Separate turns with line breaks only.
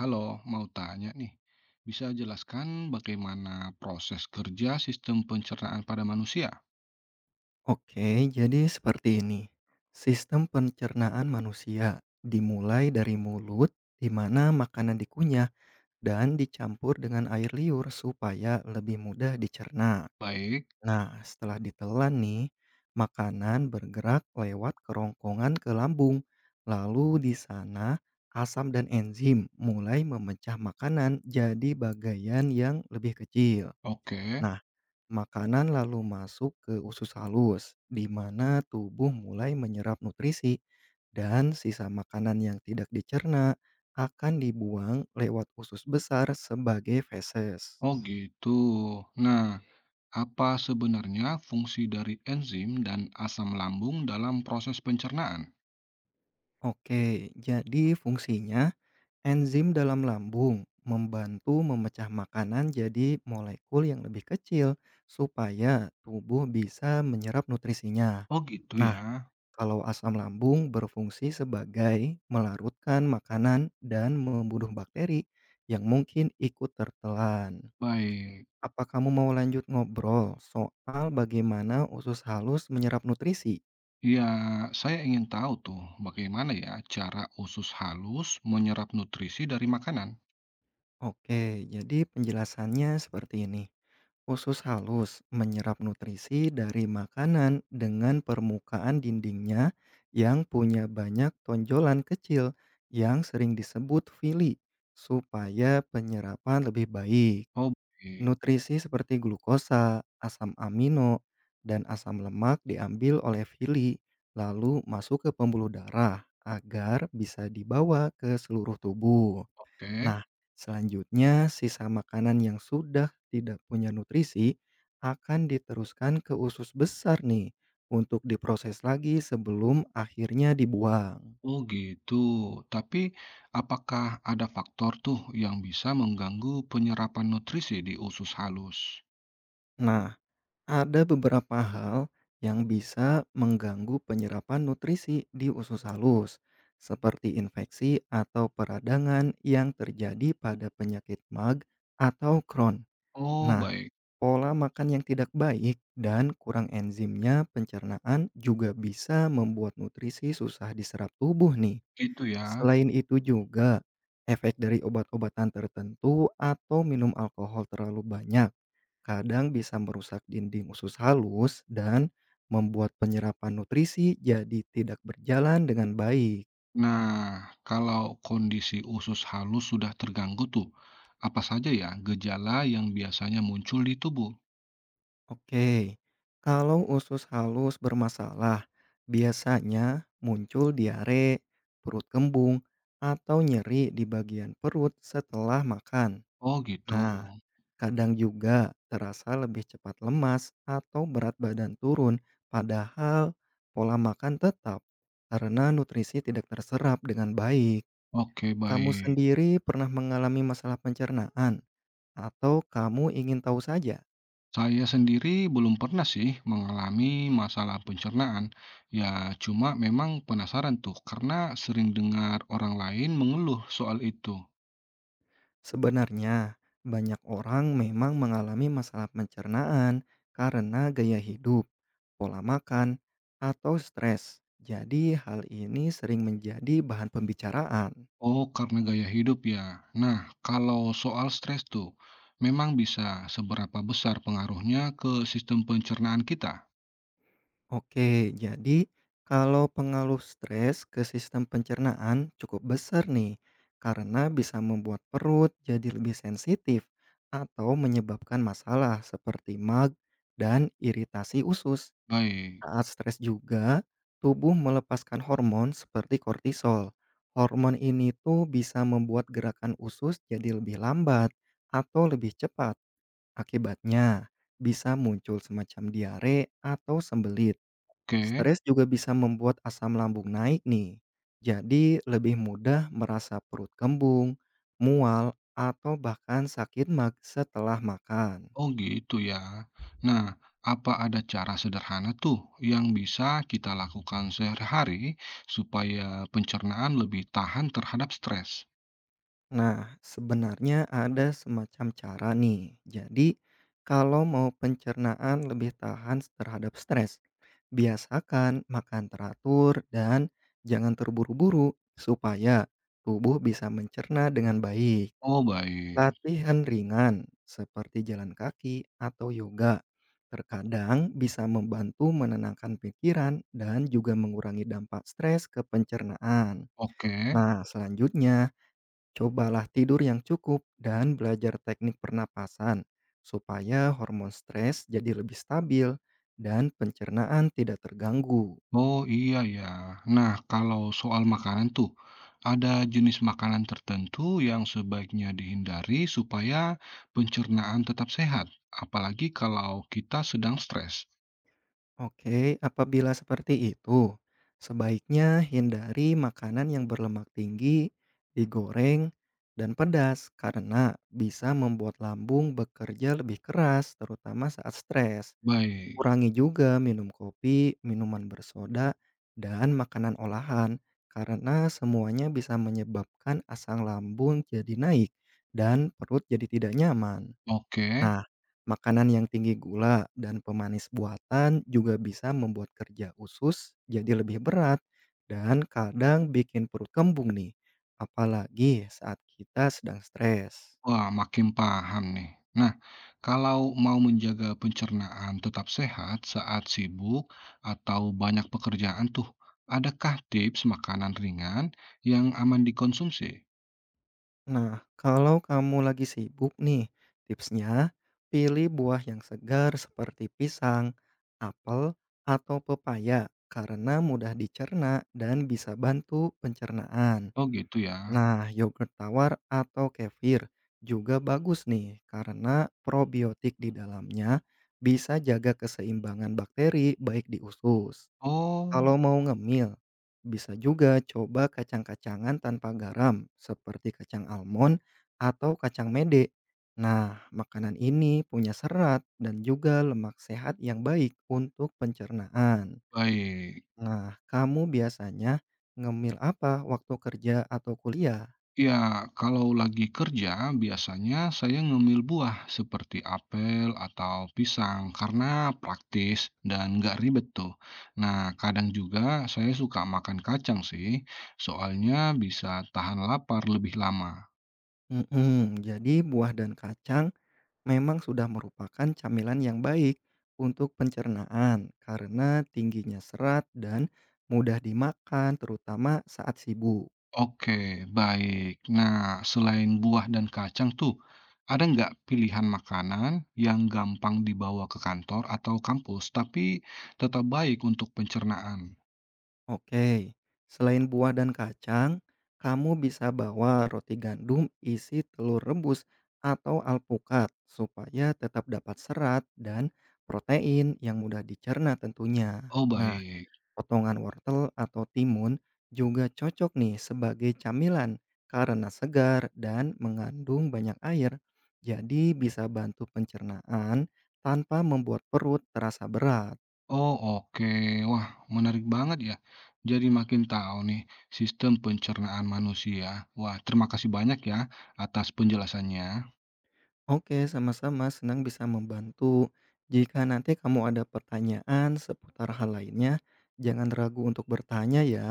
Halo, mau tanya nih, bisa jelaskan bagaimana proses kerja sistem pencernaan pada manusia?
Oke, jadi seperti ini. Sistem pencernaan manusia dimulai dari mulut, di mana makanan dikunyah dan dicampur dengan air liur supaya lebih mudah dicerna.
Baik,
Nah, setelah ditelan nih, makanan bergerak lewat kerongkongan ke lambung. Lalu di sana, asam dan enzim mulai memecah makanan jadi bagian yang lebih kecil.
oke.
Nah, makanan lalu masuk ke usus halus, di mana tubuh mulai menyerap nutrisi dan sisa makanan yang tidak dicerna akan dibuang lewat usus besar sebagai feses.
Oh gitu. Nah, apa sebenarnya fungsi dari enzim dan asam lambung dalam proses pencernaan?
Oke, jadi fungsinya enzim dalam lambung membantu memecah makanan jadi molekul yang lebih kecil supaya tubuh bisa menyerap nutrisinya.
Oh gitu
Nah,
ya.
kalau asam lambung berfungsi sebagai melarutkan makanan dan membunuh bakteri yang mungkin ikut tertelan.
Baik.
Apa kamu mau lanjut ngobrol soal bagaimana usus halus menyerap nutrisi?
Ya, saya ingin tahu tuh bagaimana ya cara usus halus menyerap nutrisi dari makanan.
Oke, jadi penjelasannya seperti ini. Usus halus menyerap nutrisi dari makanan dengan permukaan dindingnya yang punya banyak tonjolan kecil yang sering disebut fili supaya penyerapan lebih baik.
Oh, baik.
Nutrisi seperti glukosa, asam amino, dan asam lemak diambil oleh fili lalu masuk ke pembuluh darah agar bisa dibawa ke seluruh tubuh.
Oke.
Nah, selanjutnya sisa makanan yang sudah tidak punya nutrisi akan diteruskan ke usus besar nih untuk diproses lagi sebelum akhirnya dibuang.
Oh gitu. Tapi apakah ada faktor tuh yang bisa mengganggu penyerapan nutrisi di usus halus?
Nah, ada beberapa hal yang bisa mengganggu penyerapan nutrisi di usus halus, seperti infeksi atau peradangan yang terjadi pada penyakit MAG atau Crohn.
Oh
Nah,
baik,
pola makan yang tidak baik dan kurang enzimnya pencernaan juga bisa membuat nutrisi susah diserap tubuh nih.
itu ya.
Selain itu juga, efek dari obat-obatan tertentu atau minum alkohol terlalu banyak kadang bisa merusak dinding usus halus dan membuat penyerapan nutrisi jadi tidak berjalan dengan baik.
Nah, kalau kondisi usus halus sudah terganggu tuh, apa saja ya gejala yang biasanya muncul di tubuh?
Oke, kalau usus halus bermasalah, biasanya muncul diare, perut kembung, atau nyeri di bagian perut setelah makan.
Oh gitu.
Nah, kadang juga terasa lebih cepat lemas atau berat badan turun, padahal pola makan tetap karena nutrisi tidak terserap dengan baik.
Oke,
Kamu
baik.
sendiri pernah mengalami masalah pencernaan, atau kamu ingin tahu saja?
Saya sendiri belum pernah sih mengalami masalah pencernaan. Ya, cuma memang penasaran tuh karena sering dengar orang lain mengeluh soal itu.
Sebenarnya, banyak orang memang mengalami masalah pencernaan karena gaya hidup, pola makan, atau stres. Jadi, hal ini sering menjadi bahan pembicaraan.
Oh, karena gaya hidup ya. Nah, kalau soal stres tuh, memang bisa seberapa besar pengaruhnya ke sistem pencernaan kita?
Oke, jadi kalau pengaruh stres ke sistem pencernaan cukup besar nih, karena bisa membuat perut jadi lebih sensitif atau menyebabkan masalah seperti mag dan iritasi usus.
Baik,
Saat stres juga, tubuh melepaskan hormon seperti kortisol. Hormon ini tuh bisa membuat gerakan usus jadi lebih lambat atau lebih cepat. Akibatnya, bisa muncul semacam diare atau sembelit.
oke.
Stres juga bisa membuat asam lambung naik nih. Jadi, lebih mudah merasa perut kembung, mual, atau bahkan sakit mag setelah makan.
Oh gitu ya. Nah, apa ada cara sederhana tuh yang bisa kita lakukan sehari-hari supaya pencernaan lebih tahan terhadap stres?
Nah, sebenarnya ada semacam cara nih. Jadi, kalau mau pencernaan lebih tahan terhadap stres, biasakan makan teratur dan jangan terburu-buru supaya tubuh bisa mencerna dengan baik.
Oh baik,
Latihan ringan seperti jalan kaki atau yoga terkadang bisa membantu menenangkan pikiran dan juga mengurangi dampak stres ke pencernaan.
oke.
Nah, selanjutnya cobalah tidur yang cukup dan belajar teknik pernapasan supaya hormon stres jadi lebih stabil dan pencernaan tidak terganggu.
Oh iya ya. Nah, kalau soal makanan tuh, ada jenis makanan tertentu yang sebaiknya dihindari supaya pencernaan tetap sehat, apalagi kalau kita sedang stres.
Oke, apabila seperti itu, sebaiknya hindari makanan yang berlemak tinggi, digoreng, dan pedas karena bisa membuat lambung bekerja lebih keras terutama saat stres.
Baik,
Kurangi juga minum kopi, minuman bersoda, dan makanan olahan karena semuanya bisa menyebabkan asam lambung jadi naik dan perut jadi tidak nyaman.
oke.
Nah, makanan yang tinggi gula dan pemanis buatan juga bisa membuat kerja usus jadi lebih berat dan kadang bikin perut kembung nih, apalagi saat kita sedang stres.
Wah, makin paham nih. Nah, kalau mau menjaga pencernaan tetap sehat saat sibuk atau banyak pekerjaan tuh, adakah tips makanan ringan yang aman dikonsumsi?
Nah, kalau kamu lagi sibuk nih, tipsnya pilih buah yang segar seperti pisang, apel, atau pepaya karena mudah dicerna dan bisa bantu pencernaan.
Oh gitu ya.
Nah, yogurt tawar atau kefir juga bagus nih karena probiotik di dalamnya bisa jaga keseimbangan bakteri baik di usus. Kalau
Oh,
mau ngemil, bisa juga coba kacang-kacangan tanpa garam seperti kacang almond atau kacang mede. Nah, makanan ini punya serat dan juga lemak sehat yang baik untuk pencernaan.
baik.
Nah, kamu biasanya ngemil apa waktu kerja atau kuliah?
Ya, kalau lagi kerja biasanya saya ngemil buah seperti apel atau pisang karena praktis dan nggak ribet tuh. Nah, kadang juga saya suka makan kacang sih, soalnya bisa tahan lapar lebih lama.
Mhm, jadi buah dan kacang memang sudah merupakan camilan yang baik untuk pencernaan karena tingginya serat dan mudah dimakan terutama saat sibuk.
Oke, baik. Nah, selain buah dan kacang tuh, ada nggak pilihan makanan yang gampang dibawa ke kantor atau kampus tapi tetap baik untuk pencernaan?
Oke, selain buah dan kacang, kamu bisa bawa roti gandum isi telur rebus atau alpukat supaya tetap dapat serat dan protein yang mudah dicerna tentunya.
Oh,
Nah,
baik.
potongan wortel atau timun juga cocok nih sebagai camilan karena segar dan mengandung banyak air. Jadi bisa bantu pencernaan tanpa membuat perut terasa berat.
Oh, oke. Wah, menarik banget ya. Jadi makin tahu nih sistem pencernaan manusia. Wah, terima kasih banyak ya atas penjelasannya.
Oke, sama-sama senang bisa membantu. Jika nanti kamu ada pertanyaan seputar hal lainnya, jangan ragu untuk bertanya ya.